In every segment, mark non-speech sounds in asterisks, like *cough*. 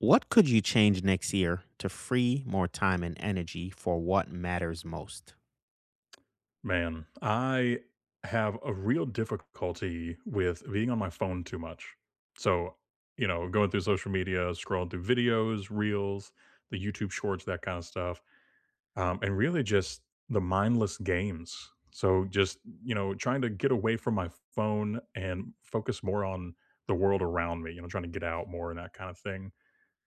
What could you change next year to free more time and energy for what matters most? Man, I have a real difficulty with being on my phone too much. So, Going through social media, scrolling through videos, reels, the YouTube shorts, that kind of stuff, and really just the mindless games. Trying to get away from my phone and focus more on the world around me, you know, trying to get out more and that kind of thing.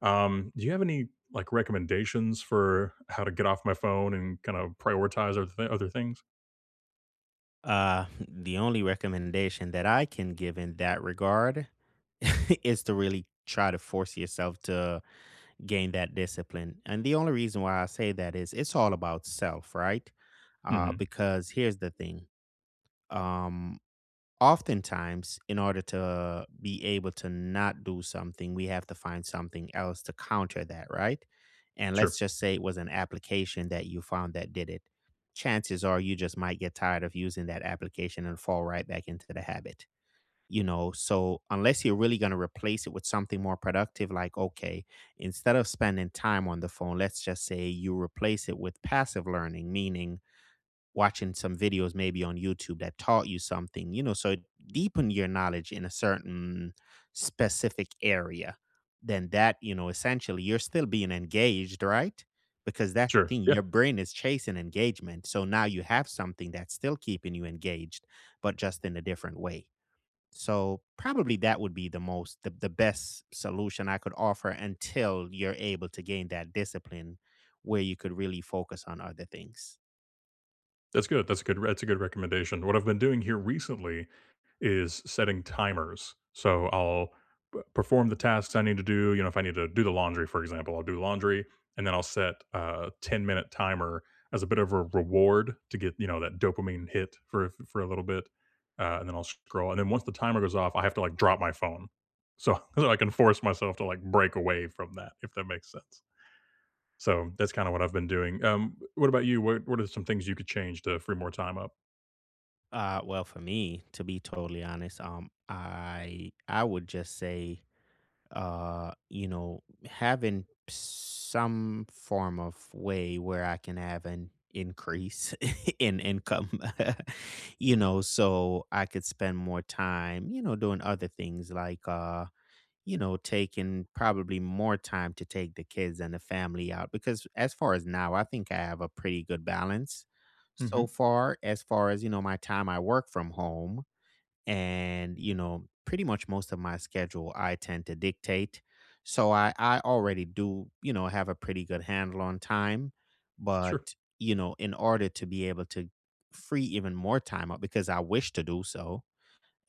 Do you have any like recommendations for how to get off my phone and kind of prioritize other things? The only recommendation that I can give in that regard *laughs* is to really try to force yourself to gain that discipline. And the only reason why I say that is it's all about self, right? Uh, Mhm. because here's the thing. Um, Oftentimes in order to be able to not do something, we have to find something else to counter that, right? And let's Sure, just say it was an application that you found that did it. Chances are you just might get tired of using that application and fall right back into the habit, you know. So unless you're really going to replace it with something more productive, like okay, instead of spending time on the phone, let's just say you replace it with passive learning, meaning watching some videos maybe on YouTube that taught you something, you know, so it deepen your knowledge in a certain specific area, then that, you know, essentially you're still being engaged, right? Because that's the sure. thing, Yeah, your brain is chasing engagement. So now you have something that's still keeping you engaged, but just in a different way. So probably that would be the most the best solution I could offer until you're able to gain that discipline where you could really focus on other things. that's good. That's a good recommendation. What I've been doing here recently is setting timers. So I'll perform the tasks I need to do. You know, if I need to do the laundry, for example, I'll do laundry and then I'll set a 10-minute timer as a bit of a reward to get, you know, that dopamine hit for a little bit. And then I'll scroll. And then once the timer goes off, I have to like drop my phone. So, *laughs* so I can force myself to like break away from that, if that makes sense. So that's kind of what I've been doing. What about you? What are some things you could change to free more time up? Well, for me, to be totally honest, I would just say, you know, having some form of way where I can have an increase *laughs* in income, *laughs* you know, so I could spend more time, you know, doing other things like you know, taking probably more time to take the kids and the family out. Because as far as now, I think I have a pretty good balance so Hmm. far, as far as, you know, my time. I work from home and, you know, pretty much most of my schedule I tend to dictate. So I already do, you know, have a pretty good handle on time, but Sure, you know, in order to be able to free even more time up, because I wish to do so,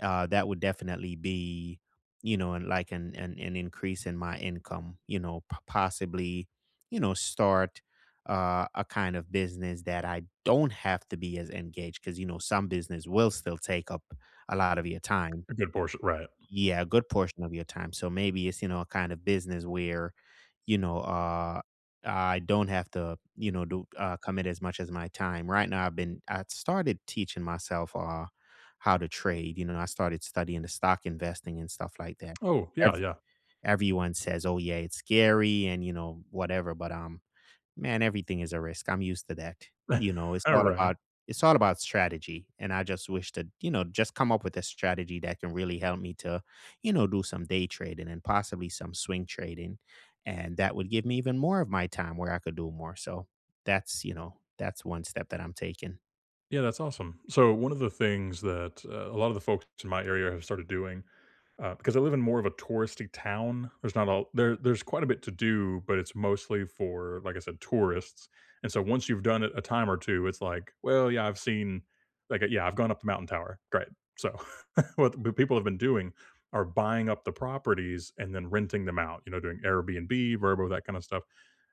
that would definitely be, you know, and like an increase in my income. You know, possibly, you know, start a kind of business that I don't have to be as engaged, because you know some business will still take up a lot of your time. a good portion, right? Yeah, a good portion of your time. So maybe it's, you know, a kind of business where, you know, I don't have to, you know, do commit as much as my time. Right now, I've been, I started teaching myself how to trade. You know, I started studying the stock investing and stuff like that. Oh, yeah, Ev- yeah. Everyone says, oh, yeah, it's scary and, you know, whatever. But man, everything is a risk. I'm used to that. You know, *laughs* All right. It's all about strategy, and I just wish to, you know, just come up with a strategy that can really help me to, you know, do some day trading and possibly some swing trading, and that would give me even more of my time where I could do more. So, that's, you know, that's one step that I'm taking. Yeah, that's awesome. So one of the things that a lot of the folks in my area have started doing, because I live in more of a touristy town, there's not all there. There's quite a bit to do, but it's mostly for, like I said, tourists. And so once you've done it a time or two, it's like, well, yeah, I've seen, like, yeah, I've gone up the mountain tower. Great. So what the people have been doing are buying up the properties and then renting them out, you know, doing Airbnb, Verbo, that kind of stuff.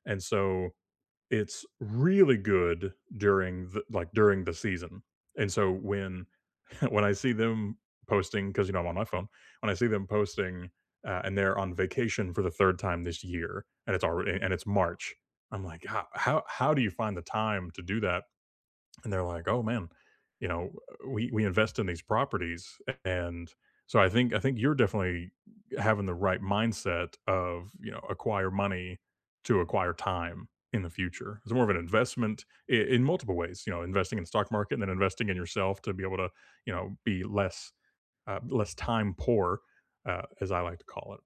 And so it's really good during the during the season. And so when *laughs* when I see them posting, because you know I'm on my phone, when I see them posting and they're on vacation for the third time this year, and it's March, I'm like, how do you find the time to do that? And they're like, "Oh, man, you know, we invest in these properties." And so I think you're definitely having the right mindset of, you know, acquire money to acquire time in the future. It's more of an investment I in multiple ways, you know, investing in the stock market and then investing in yourself to be able to, you know, be less less time poor, as I like to call it.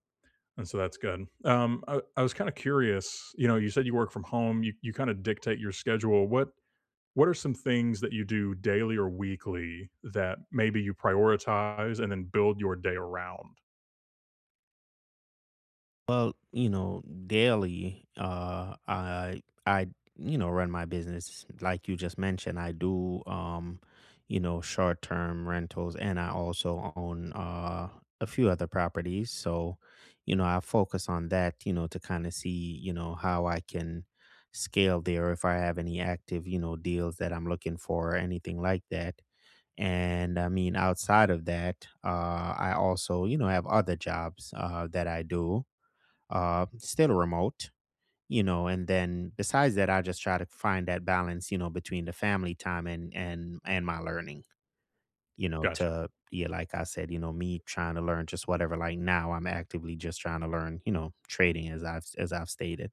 And so that's good. I was kind of curious, you know, you said you work from home, you kind of dictate your schedule. What are some things that you do daily or weekly that maybe you prioritize and then build your day around? Well, you know, daily, I you know run my business like you just mentioned. I do, you know, short term rentals, and I also own a few other properties. So, you know, I focus on that, you know, to kind of see, you know, how I can scale there if I have any active, you know, deals that I'm looking for or anything like that. And I mean, outside of that, I also, you know, have other jobs that I do, still remote, you know. And then besides that, I just try to find that balance, you know, between the family time and and my learning, you know. Gotcha. To yeah, like I said, you know, me trying to learn just whatever. Like now, I'm actively just trying to learn, you know, trading as I've stated.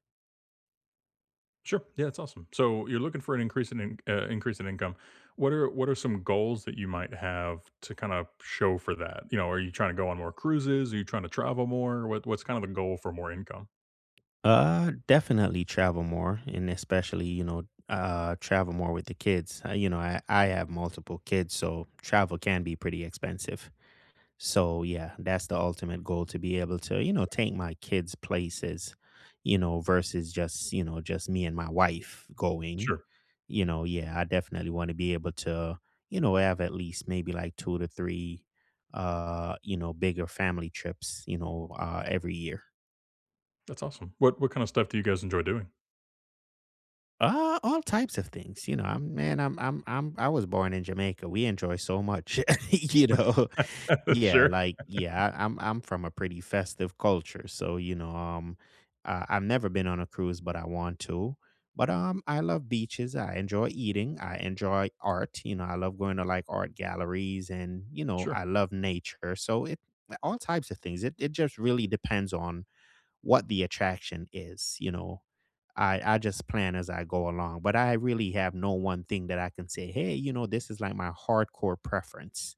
Sure. Yeah, that's awesome. So you're looking for an increase in increase in income. What are some goals that you might have to kind of show for that? You know, are you trying to go on more cruises? Are you trying to travel more? What's kind of the goal for more income? Definitely travel more, and especially you know, travel more with the kids. You know, I have multiple kids, so travel can be pretty expensive. So yeah, that's the ultimate goal, to be able to, you know, take my kids places, you know, versus just, you know, just me and my wife going. Sure. You know, yeah, I definitely want to be able to, you know, have at least maybe like 2 to 3 you know, bigger family trips, you know, every year. That's awesome. What kind of stuff do you guys enjoy doing? All types of things. You know, I'm man, I'm I was born in Jamaica. We enjoy so much, *laughs* you know. *laughs* Yeah, Sure. like yeah, I, I'm from a pretty festive culture, so you know, I've never been on a cruise, but I want to. But I love beaches. I enjoy eating. I enjoy art. You know, I love going to like art galleries, and you know, Sure. I love nature. So it all types of things. It just really depends on what the attraction is. You know, I just plan as I go along, but I really have no one thing that I can say. Hey, you know, this is like my hardcore preference.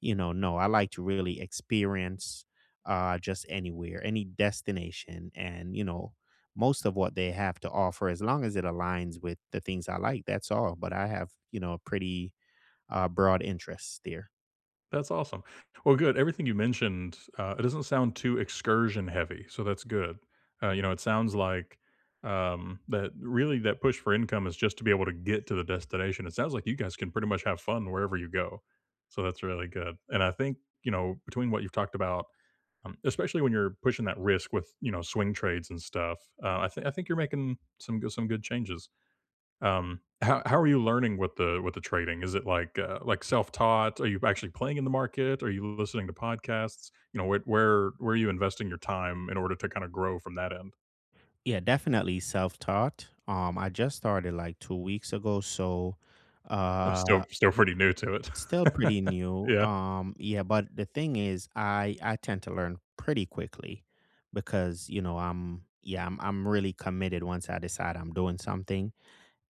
You know, no, I like to really experience just anywhere, any destination and, you know, most of what they have to offer as long as it aligns with the things I like, that's all. But I have, you know, a pretty broad interest there. That's awesome. Well, good. Everything you mentioned, it doesn't sound too excursion heavy, so that's good. You know, it sounds like that really that push for income is just to be able to get to the destination. It sounds like you guys can pretty much have fun wherever you go, so that's really good. And I think you know between what you've talked about, especially when you're pushing that risk with you know swing trades and stuff, I think you're making some good changes. How are you learning with the trading? Is it like, like self-taught? Are you actually playing in the market? Are you listening to podcasts? You know, where are you investing your time in order to kinda grow from that end? Yeah, definitely self-taught. I just started like 2 weeks ago, so Oh, still uh still pretty new to it. still pretty *laughs* new. Yeah, Yeah, but the thing is, I tend to learn pretty quickly because you know I'm really committed once I decide I'm doing something,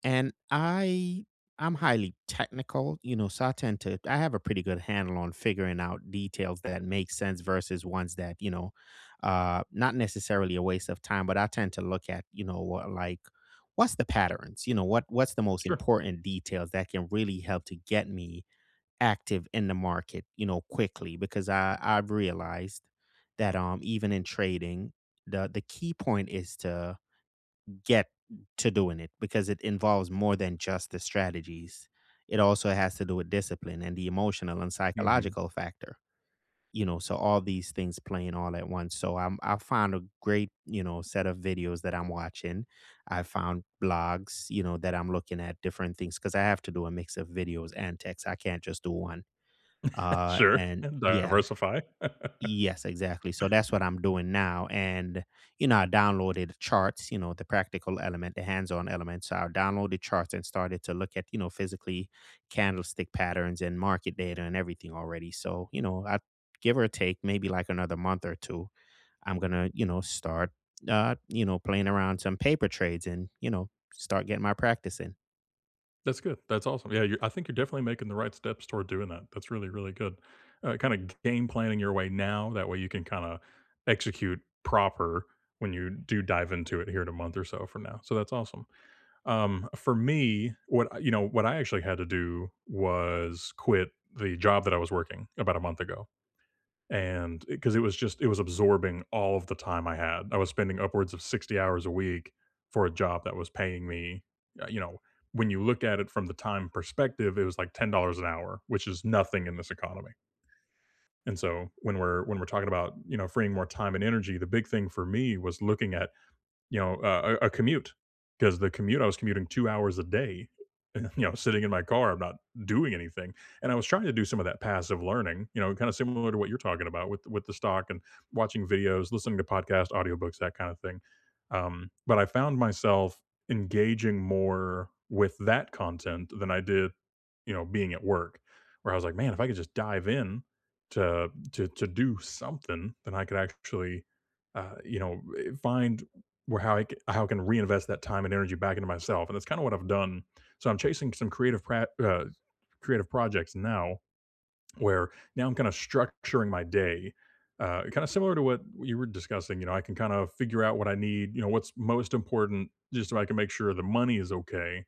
and I'm highly technical, you know, so I tend to I have a pretty good handle on figuring out details that make sense versus ones that you know, not necessarily a waste of time, but I tend to look at you know what's the patterns, you know, what's the most sure. important details that can really help to get me active in the market, you know, quickly because I've realized that even in trading, the key point is to get to doing it, because it involves more than just the strategies. It also has to do with discipline and the emotional and Mhm. psychological factor. You know, so all these things playing all at once. So I found a great, you know, set of videos that I'm watching. I found blogs, you know, that I'm looking at different things because I have to do a mix of videos and text. I can't just do one, *laughs* Sure, and *laughs* yeah. diversify. *laughs* Yes, exactly. So that's what I'm doing now. And, you know, I downloaded charts, you know, the practical element, the hands on element. So I downloaded charts and started to look at, you know, physically candlestick patterns and market data and everything already. So, you know, I give or take maybe like another month or two, I'm going to, you know, start, you know, playing around some paper trades and, you know, start getting my practice in. That's good. That's awesome. Yeah, you're I think you're definitely making the right steps toward doing that. That's really, really good. Kinda game planning your way now, that way you can kinda execute proper when you do dive into it here in a month or so from now. So that's awesome. For me, what I actually had to do was quit the job that I was working about a month ago. And because it was absorbing all of the time I had. I was spending upwards of 60 hours a week for a job that was paying me, uh, you know, when you look at it from the time perspective, it was like $10 an hour, which is nothing in this economy. And so when we're talking about, you know, freeing more time and energy, the big thing for me was looking at you know, a commute because the commute I was commuting 2 hours a day, *laughs* you know, sitting in my car, I'm not doing anything. And I was trying to do some of that passive learning, you know, kind of similar to what you're talking about with the stock and watching videos, listening to podcasts, audiobooks, that kind of thing. But I found myself engaging more with that content than I did, you know, being at work, where I was like, man, if I could just dive in to do something, then I could actually find where how I c- how I can reinvest that time and energy back into myself, and that's kind of what I've done. So I'm chasing some creative projects now, where now I'm kind of structuring my day, kind of similar to what you were discussing. You know, I can kind of figure out what I need. You know, what's most important, just so I can make sure the money is okay.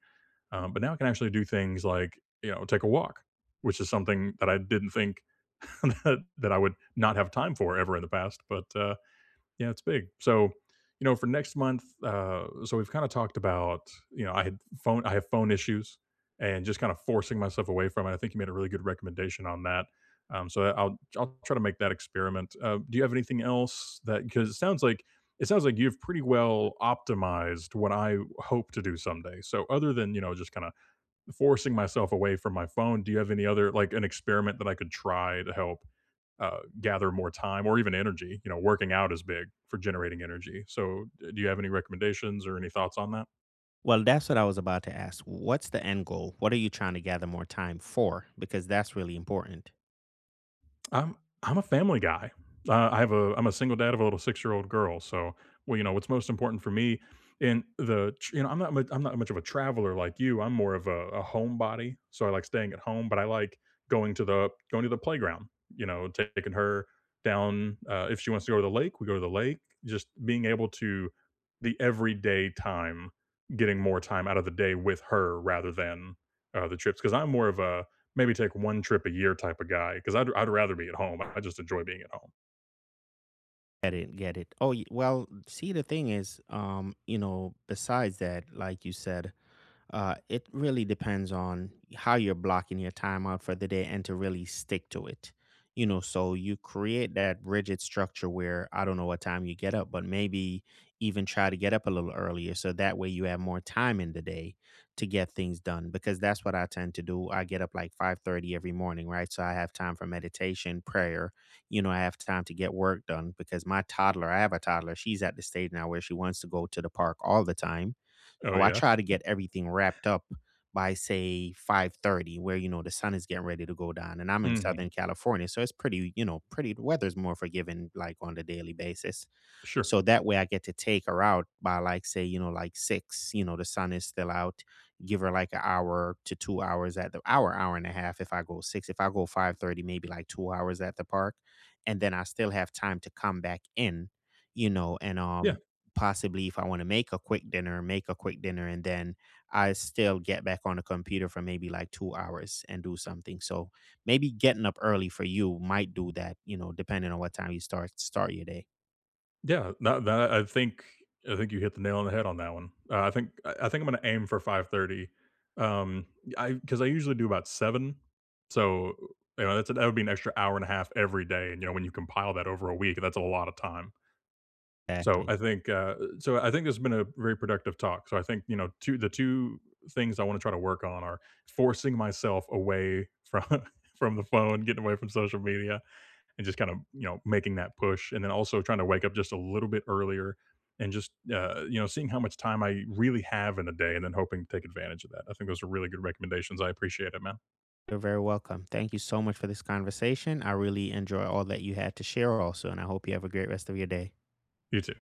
But now I can actually do things like you know take a walk, which is something that I didn't think *laughs* that I would not have time for ever in the past, but. Yeah, it's big. So, you know, for next month, so we've kind of talked about, you know, I have phone issues, and just kind of forcing myself away from it. I think you made a really good recommendation on that. So I'll try to make that experiment. Do you have anything else that because it sounds like you've pretty well optimized what I hope to do someday. So other than you know just kind of forcing myself away from my phone, do you have any other like an experiment that I could try to help gather more time or even energy. You know, working out is big for generating energy. So, do you have any recommendations or any thoughts on that? Well, that's what I was about to ask. What's the end goal? What are you trying to gather more time for? Because that's really important. I'm I'm a family guy. I'm a single dad of a little 6-year-old girl, so, well, you know, what's most important for me in the tr you know, I'm not much of a traveler like you, I'm more of a homebody, so I like staying at home, but I like going to the playground, you know, taking her down, if she wants to go to the lake, we go to the lake, just being able to the everyday time, getting more time out of the day with her rather than, the trips. Because 'cause I'm more of a maybe take 1 trip a year type of guy, because I 'cause I'd rather be at home. I just enjoy being at home. Get it, get it. Oh, well, see, the thing is, you know, besides that, like you said, it really depends on how you're blocking your time out for the day and to really stick to it. You know, so you create that rigid structure where I don't know what time you get up, but maybe even try to get up a little earlier. So that way you have more time in the day to get things done, because that's what I tend to do. I get up like 5:30 every morning, right? So I have time for meditation, prayer. You know, I have time to get work done because my toddler, I have a toddler, she's at the stage now where she wants to go to the park all the time, Oh, so I yeah? try to get everything wrapped up by say 5:30, where, you know, the sun is getting ready to go down, and I'm in Mhm. Southern California, so it's pretty, you know, pretty the weather's more forgiving like on the daily basis. Sure. So that way I get to take her out by like say, you know, like 6, you know, the sun is still out. Give her like an hour to 2 hours at the 1.5 hours if I go 6. If I go 5:30, maybe like 2 hours at the park. And then I still have time to come back in, you know, and Yeah. Possibly if I want to make a quick dinner, make a quick dinner, and then I still get back on the computer for maybe like 2 hours and do something. So maybe getting up early for you might do that, you know, depending on what time you start your day. Yeah. That I think you hit the nail on the head on that one. I think I'm gonna aim for 5:30. Um, I 'cause I usually do about 7, so, you know, that would be an extra hour and a half every day, and, you know, when you compile that over a week, that's a lot of time. So Exactly. I think, I think this has been a very productive talk. So I think you know, two things I want to try to work on are forcing myself away from *laughs* from the phone, getting away from social media, and just kind of you know making that push, and then also trying to wake up just a little bit earlier, and just you know seeing how much time I really have in the day, and then hoping to take advantage of that. I think those are really good recommendations. I appreciate it, man. You're very welcome. Thank you so much for this conversation. I really enjoy all that you had to share also, and I hope you have a great rest of your day. You too.